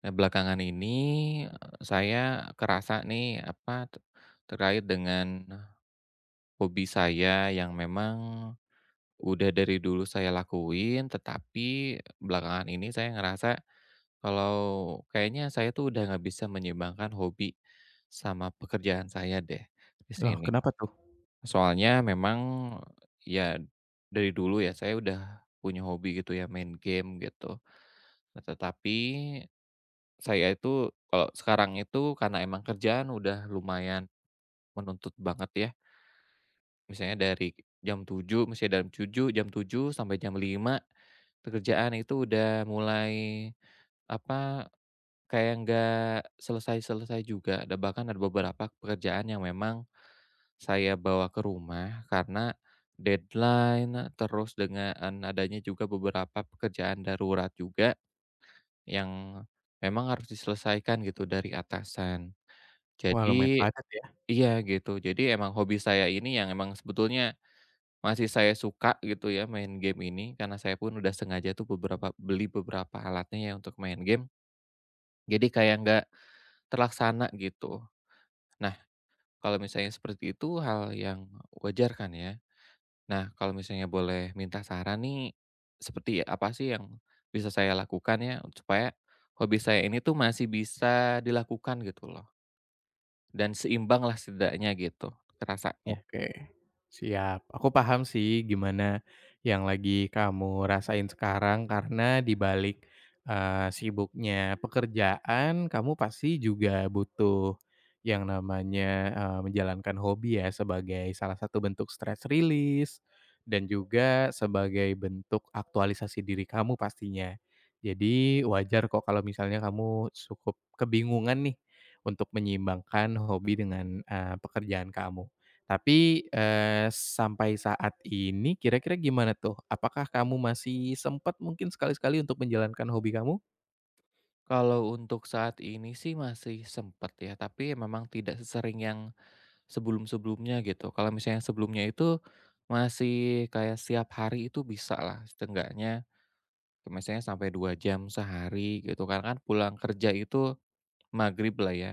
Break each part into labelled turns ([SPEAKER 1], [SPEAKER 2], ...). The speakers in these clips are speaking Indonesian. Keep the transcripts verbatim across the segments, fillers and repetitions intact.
[SPEAKER 1] Nah, belakangan ini, eh, saya kerasa nih, apa, te terkait dengan hobi saya yang memang udah dari dulu saya lakuin, tetapi belakangan ini saya ngerasa kalau kayaknya saya tuh udah nggak bisa menyeimbangkan hobi sama pekerjaan saya deh, di
[SPEAKER 2] Loh,
[SPEAKER 1] sini.
[SPEAKER 2] kenapa tuh?
[SPEAKER 1] Soalnya memang, ya dari dulu ya, saya udah punya hobi gitu ya, main game gitu. Nah, tetapi saya itu kalau sekarang itu karena emang kerjaan udah lumayan menuntut banget ya, misalnya dari jam tujuh misalnya dari tujuh jam tujuh sampai jam lima pekerjaan itu udah mulai, apa, kayak nggak selesai-selesai juga, ada bahkan ada beberapa pekerjaan yang memang saya bawa ke rumah karena deadline, terus dengan adanya juga beberapa pekerjaan darurat juga yang memang harus diselesaikan gitu dari atasan.
[SPEAKER 2] Wah, lumayan
[SPEAKER 1] Jadi
[SPEAKER 2] padat, ya.
[SPEAKER 1] iya gitu, jadi emang hobi saya ini yang emang sebetulnya masih saya suka gitu ya main game ini, karena saya pun udah sengaja tuh beberapa beli beberapa alatnya ya untuk main game, jadi kayak nggak terlaksana gitu. Nah, kalau misalnya seperti itu hal yang wajar kan ya? Nah, kalau misalnya boleh minta saran nih, seperti apa sih yang bisa saya lakukan ya, supaya hobi saya ini tuh masih bisa dilakukan gitu loh, dan seimbang lah setidaknya gitu, rasanya.
[SPEAKER 2] Oke, siap. Aku paham sih gimana yang lagi kamu rasain sekarang karena di balik, eee, sibuknya pekerjaan, kamu pasti juga butuh yang namanya, eee, menjalankan hobi ya sebagai salah satu bentuk stress release dan juga sebagai bentuk aktualisasi diri kamu pastinya. Jadi wajar kok kalau misalnya kamu cukup kebingungan nih untuk menyeimbangkan hobi dengan, eee, pekerjaan kamu. Tapi, eee, sampai saat ini kira-kira gimana tuh? Apakah kamu masih sempat mungkin sekali-sekali untuk menjalankan hobi kamu?
[SPEAKER 1] Kalau untuk saat ini sih masih sempet ya, tapi memang tidak sesering yang sebelum-sebelumnya gitu. Kalau misalnya yang sebelumnya itu masih kayak setiap hari itu bisa lah, setengahnya, misalnya sampai dua jam sehari gitu, karena kan pulang kerja itu maghrib lah ya.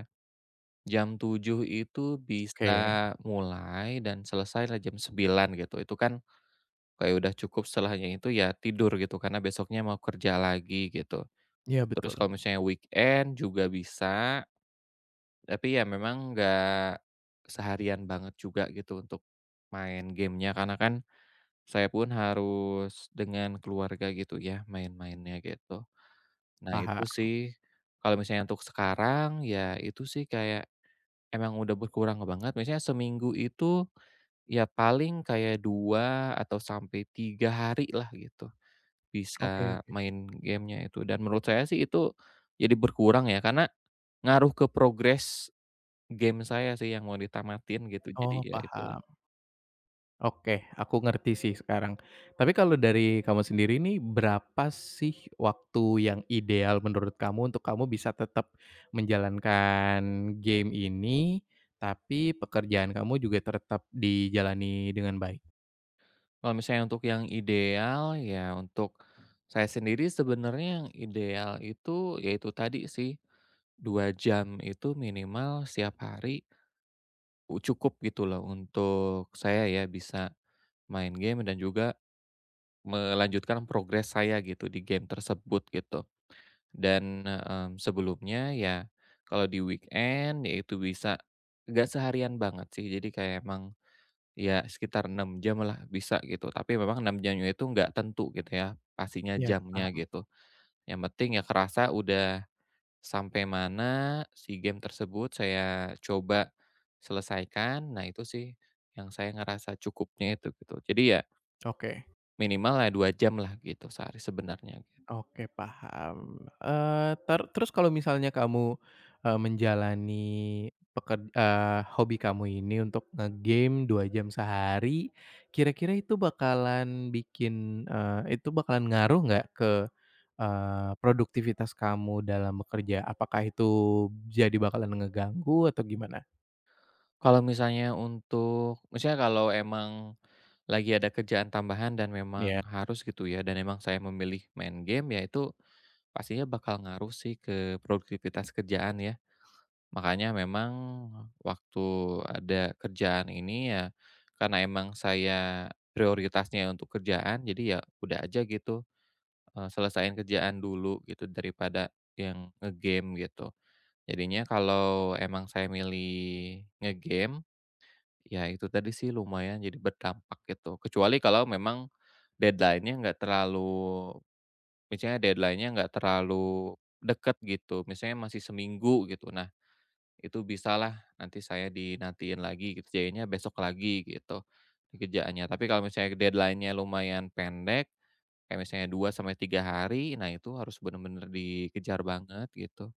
[SPEAKER 1] Jam tujuh itu
[SPEAKER 2] Oke,
[SPEAKER 1] bisa mulai dan selesai lah jam sembilan gitu. Itu kan kayak udah cukup setelahnya itu ya tidur gitu, karena besoknya mau kerja lagi gitu.
[SPEAKER 2] iya
[SPEAKER 1] Terus
[SPEAKER 2] betul,
[SPEAKER 1] kalau misalnya weekend juga bisa, tapi ya memang nggak seharian banget juga gitu untuk main gamenya, karena kan saya pun harus dengan keluarga gitu ya main-mainnya gitu. Nah itu
[SPEAKER 2] paham.
[SPEAKER 1] sih, kalau misalnya untuk sekarang ya itu sih kayak emang udah berkurang banget, misalnya seminggu itu ya paling kayak dua atau sampai tiga hari lah gitu,
[SPEAKER 2] Oke,
[SPEAKER 1] bisa
[SPEAKER 2] oke.
[SPEAKER 1] main gamenya itu dan menurut saya sih itu jadi berkurang ya karena ngaruh ke progres game saya sih yang mau ditamatin gitu, jadi
[SPEAKER 2] Oh,
[SPEAKER 1] ya itulah.
[SPEAKER 2] paham. Oke, aku ngerti sih sekarang. Tapi kalau dari kamu sendiri nih, berapa sih waktu yang ideal menurut kamu untuk kamu bisa tetap menjalankan game ini, tapi pekerjaan kamu juga tetap dijalani dengan baik?
[SPEAKER 1] Kalau misalnya untuk yang ideal ya untuk saya sendiri sebenarnya yang ideal itu yaitu tadi sih, dua jam itu minimal setiap hari u cukup gitu loh untuk saya ya bisa main game dan juga melanjutkan progres saya gitu di game tersebut gitu. Dan, mmm, sebelumnya ya kalau di weekend ya itu bisa nggak seharian banget sih, jadi kayak emang ya sekitar enam jam lah bisa gitu, tapi memang enam jamnya itu nggak tentu gitu ya, pastinya
[SPEAKER 2] Ya,
[SPEAKER 1] jamnya
[SPEAKER 2] paham.
[SPEAKER 1] gitu. Yang penting ya kerasa udah sampai mana si game tersebut saya coba selesaikan, nah itu sih yang saya ngerasa cukupnya itu gitu. Jadi ya
[SPEAKER 2] Oke.
[SPEAKER 1] minimal ya dua jam lah gitu sehari sebenarnya gitu.
[SPEAKER 2] Oke, paham. Eee, ter terus kalau misalnya kamu, eee, menjalani peker eee, hobi kamu ini untuk ngegame dua jam sehari, kira-kira itu bakalan bikin eee, itu bakalan ngaruh nggak ke, eee, produktivitas kamu dalam bekerja? Apakah itu jadi bakalan ngeganggu atau gimana?
[SPEAKER 1] Kalau misalnya untuk misalnya kalau emang lagi ada kerjaan tambahan dan
[SPEAKER 2] Iya.
[SPEAKER 1] memang harus gitu ya, dan emang saya memilih main game ya itu pastinya bakal ngaruh sih ke produktivitas kerjaan ya. Makanya memang waktu ada kerjaan ini ya karena emang saya prioritasnya untuk kerjaan jadi ya udah aja gitu, eee, selesain kerjaan dulu gitu daripada yang ngegame gitu. Jadinya kalau emang saya milih ngegame, ya itu tadi sih lumayan jadi berdampak gitu. Kecuali kalau memang deadline-nya nggak terlalu misalnya deadline-nya nggak terlalu deket gitu, misalnya masih seminggu gitu. Nah, itu bisalah nanti saya dinantiin lagi gitu, jadinya besok lagi gitu kerjaannya. Tapi kalau misalnya deadline-nya lumayan pendek, kayak misalnya dua sampai tiga hari, nah itu harus bener-bener dikejar banget gitu.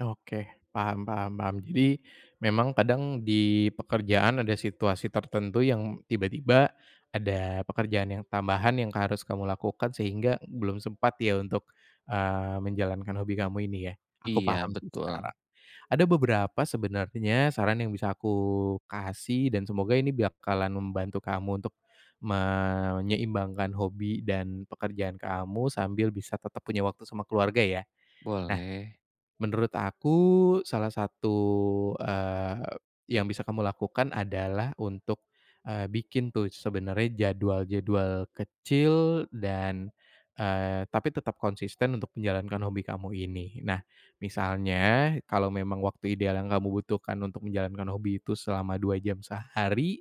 [SPEAKER 2] Oke, paham, paham, paham. Jadi memang kadang di pekerjaan ada situasi tertentu yang tiba-tiba ada pekerjaan yang tambahan yang harus kamu lakukan sehingga belum sempat ya untuk, eee, menjalankan hobi kamu ini ya? Aku
[SPEAKER 1] Iya
[SPEAKER 2] paham sih
[SPEAKER 1] betul,
[SPEAKER 2] sekarang. Ada beberapa sebenarnya saran yang bisa aku kasih dan semoga ini bakalan membantu kamu untuk menyeimbangkan hobi dan pekerjaan kamu sambil bisa tetap punya waktu sama keluarga ya. Nah,
[SPEAKER 1] boleh.
[SPEAKER 2] menurut aku salah satu, eee, yang bisa kamu lakukan adalah untuk, eee, bikin tuh sebenarnya jadwal-jadwal kecil dan, eee, tapi tetap konsisten untuk menjalankan hobi kamu ini. Nah, misalnya kalau memang waktu ideal yang kamu butuhkan untuk menjalankan hobi itu selama dua jam sehari.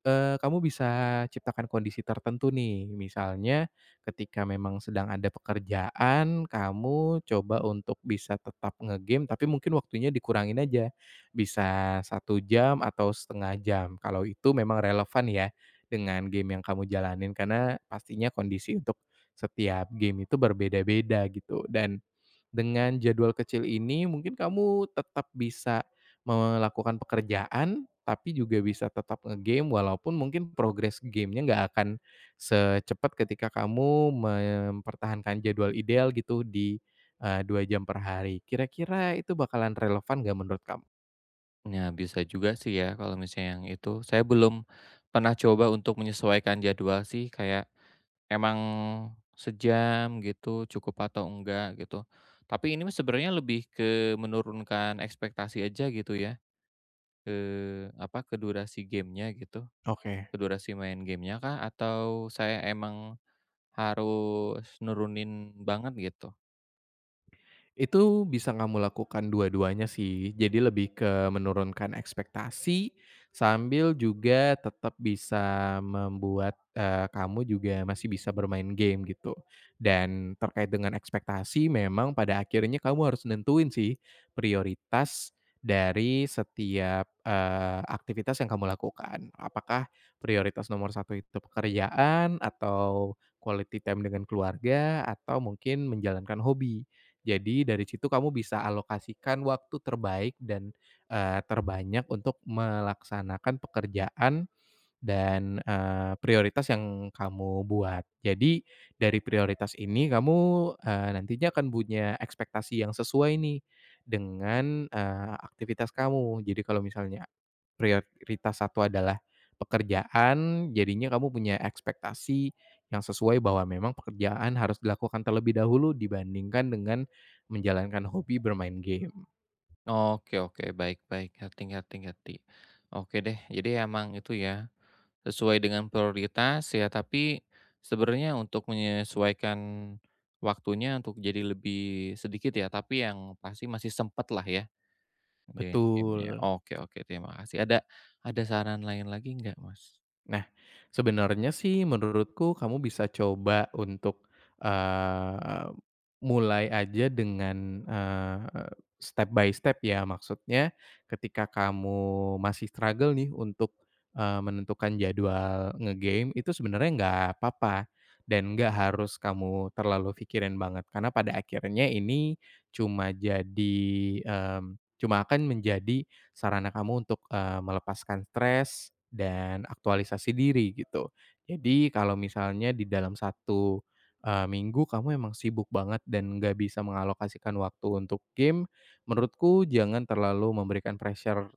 [SPEAKER 2] Eee, kamu bisa ciptakan kondisi tertentu nih, misalnya ketika memang sedang ada pekerjaan, kamu coba untuk bisa tetap ngegame, tapi mungkin waktunya dikurangin aja, bisa satu jam atau setengah jam, kalau itu memang relevan ya dengan game yang kamu jalanin, karena pastinya kondisi untuk setiap game itu berbeda-beda gitu, dan dengan jadwal kecil ini mungkin kamu tetap bisa melakukan pekerjaan, tapi juga bisa tetap ngegame, walaupun mungkin progres gamenya nggak akan secepat ketika kamu mempertahankan jadwal ideal gitu di, eee, dua jam per hari. Kira-kira itu bakalan relevan nggak menurut kamu?
[SPEAKER 1] Nah, bisa juga sih ya kalau misalnya yang itu. Saya belum pernah coba untuk menyesuaikan jadwal sih, kayak emang sejam gitu cukup atau enggak gitu. Tapi ini mah sebenarnya lebih ke menurunkan ekspektasi aja gitu ya, ke apa, ke durasi gamenya gitu,
[SPEAKER 2] Oke.
[SPEAKER 1] ke durasi main gamenya kah? Atau saya emang harus nurunin banget gitu?
[SPEAKER 2] Itu bisa kamu lakukan dua-duanya sih. Jadi lebih ke menurunkan ekspektasi, sambil juga tetap bisa membuat, eee, kamu juga masih bisa bermain game gitu. Dan terkait dengan ekspektasi memang pada akhirnya kamu harus nentuin sih prioritas dari setiap, eee, aktivitas yang kamu lakukan. Apakah prioritas nomor satu itu pekerjaan, atau quality time dengan keluarga, atau mungkin menjalankan hobi. Jadi dari situ kamu bisa alokasikan waktu terbaik dan, eee, terbanyak untuk melaksanakan pekerjaan dan, eee, prioritas yang kamu buat. Jadi dari prioritas ini kamu, eee, nantinya akan punya ekspektasi yang sesuai nih dengan, eee, aktivitas kamu. Jadi kalau misalnya prioritas satu adalah pekerjaan, jadinya kamu punya ekspektasi yang sesuai bahwa memang pekerjaan harus dilakukan terlebih dahulu dibandingkan dengan menjalankan hobi bermain game.
[SPEAKER 1] Oke oke, baik baik, hati hati hati. Oke deh, jadi emang itu ya sesuai dengan prioritas ya, tapi sebenarnya untuk menyesuaikan waktunya untuk jadi lebih sedikit ya, tapi yang pasti masih sempat lah ya ngerjain game.
[SPEAKER 2] Betul.
[SPEAKER 1] Oke oke, terima kasih. Ada ada saran lain lagi nggak, Mas?
[SPEAKER 2] Nah, sebenarnya sih menurutku kamu bisa coba untuk, eee, mulai aja dengan, eee, step by step ya. Maksudnya ketika kamu masih struggle nih untuk, eee, menentukan jadwal ngegame itu sebenarnya nggak apa-apa dan nggak harus kamu terlalu pikirin banget. Karena pada akhirnya ini cuma jadi, mmm, cuma akan menjadi sarana kamu untuk, eee, melepaskan stres dan aktualisasi diri gitu. Jadi kalau misalnya di dalam satu eee, minggu kamu emang sibuk banget dan nggak bisa mengalokasikan waktu untuk game, menurutku jangan terlalu memberikan pressure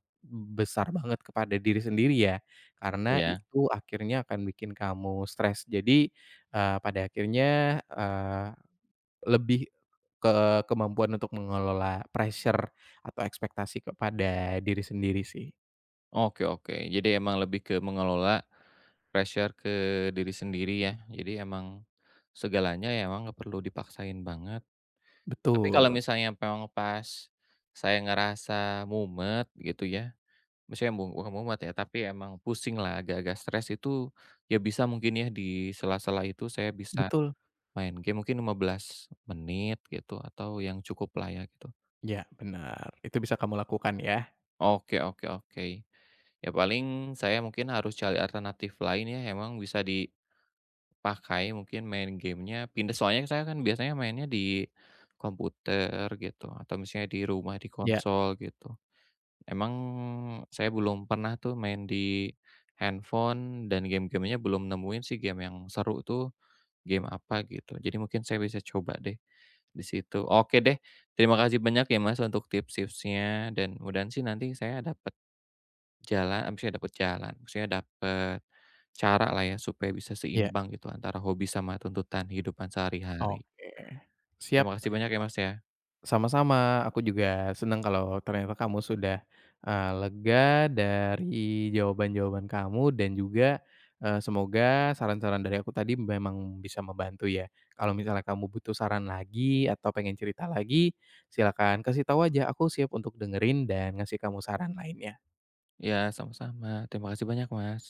[SPEAKER 2] besar banget kepada diri sendiri ya, karena
[SPEAKER 1] Iya?
[SPEAKER 2] itu akhirnya akan bikin kamu stres. Jadi, eee, pada akhirnya, eee, lebih ke kemampuan untuk mengelola pressure atau ekspektasi kepada diri sendiri sih.
[SPEAKER 1] Oke oke. Jadi emang lebih ke mengelola pressure ke diri sendiri ya. Jadi emang segalanya ya emang nggak perlu dipaksain banget. Tapi kalau
[SPEAKER 2] Betul,
[SPEAKER 1] misalnya memang pas saya ngerasa mumet gitu ya, maksudnya mu bukan mumet ya, tapi emang pusing lah agak-agak stres itu, ya bisa mungkin ya di sela-sela itu saya bisa
[SPEAKER 2] betul.
[SPEAKER 1] main game mungkin lima belas menit gitu, atau yang cukuplah ya gitu.
[SPEAKER 2] Ya, benar itu bisa kamu lakukan ya.
[SPEAKER 1] Oke oke oke. Ya paling saya mungkin harus cari alternatif lain ya, emang bisa dipakai mungkin main gamenya pindah soalnya saya kan biasanya mainnya di komputer gitu, atau misalnya di rumah, di
[SPEAKER 2] Ya,
[SPEAKER 1] konsol gitu. Emang saya belum pernah tuh main di handphone dan game-gamenya belum nemuin sih game yang seru tuh, game apa gitu. Jadi mungkin saya bisa coba deh di situ. Oke deh, terima kasih banyak ya Mas untuk tips-tipsnya dan mudah-mudahan sih nanti saya dapat jalan eee, maksudnya dapat jalan, maksudnya dapat cara lah ya supaya bisa
[SPEAKER 2] ya,
[SPEAKER 1] seimbang gitu antara hobi sama tuntutan kehidupan sehari-hari.
[SPEAKER 2] oke. Siap.
[SPEAKER 1] Terima kasih banyak ya Mas ya.
[SPEAKER 2] Sama-sama, aku juga senang kalau ternyata kamu sudah, eee, lega dari jawaban-jawaban kamu dan juga, eee, semoga saran-saran dari aku tadi memang bisa membantu ya. Kalau misalnya kamu butuh saran lagi atau pengen cerita lagi, silakan kasih tahu aja, aku siap untuk dengerin dan ngasih kamu saran lainnya.
[SPEAKER 1] Iya sama-sama, terima kasih banyak Mas.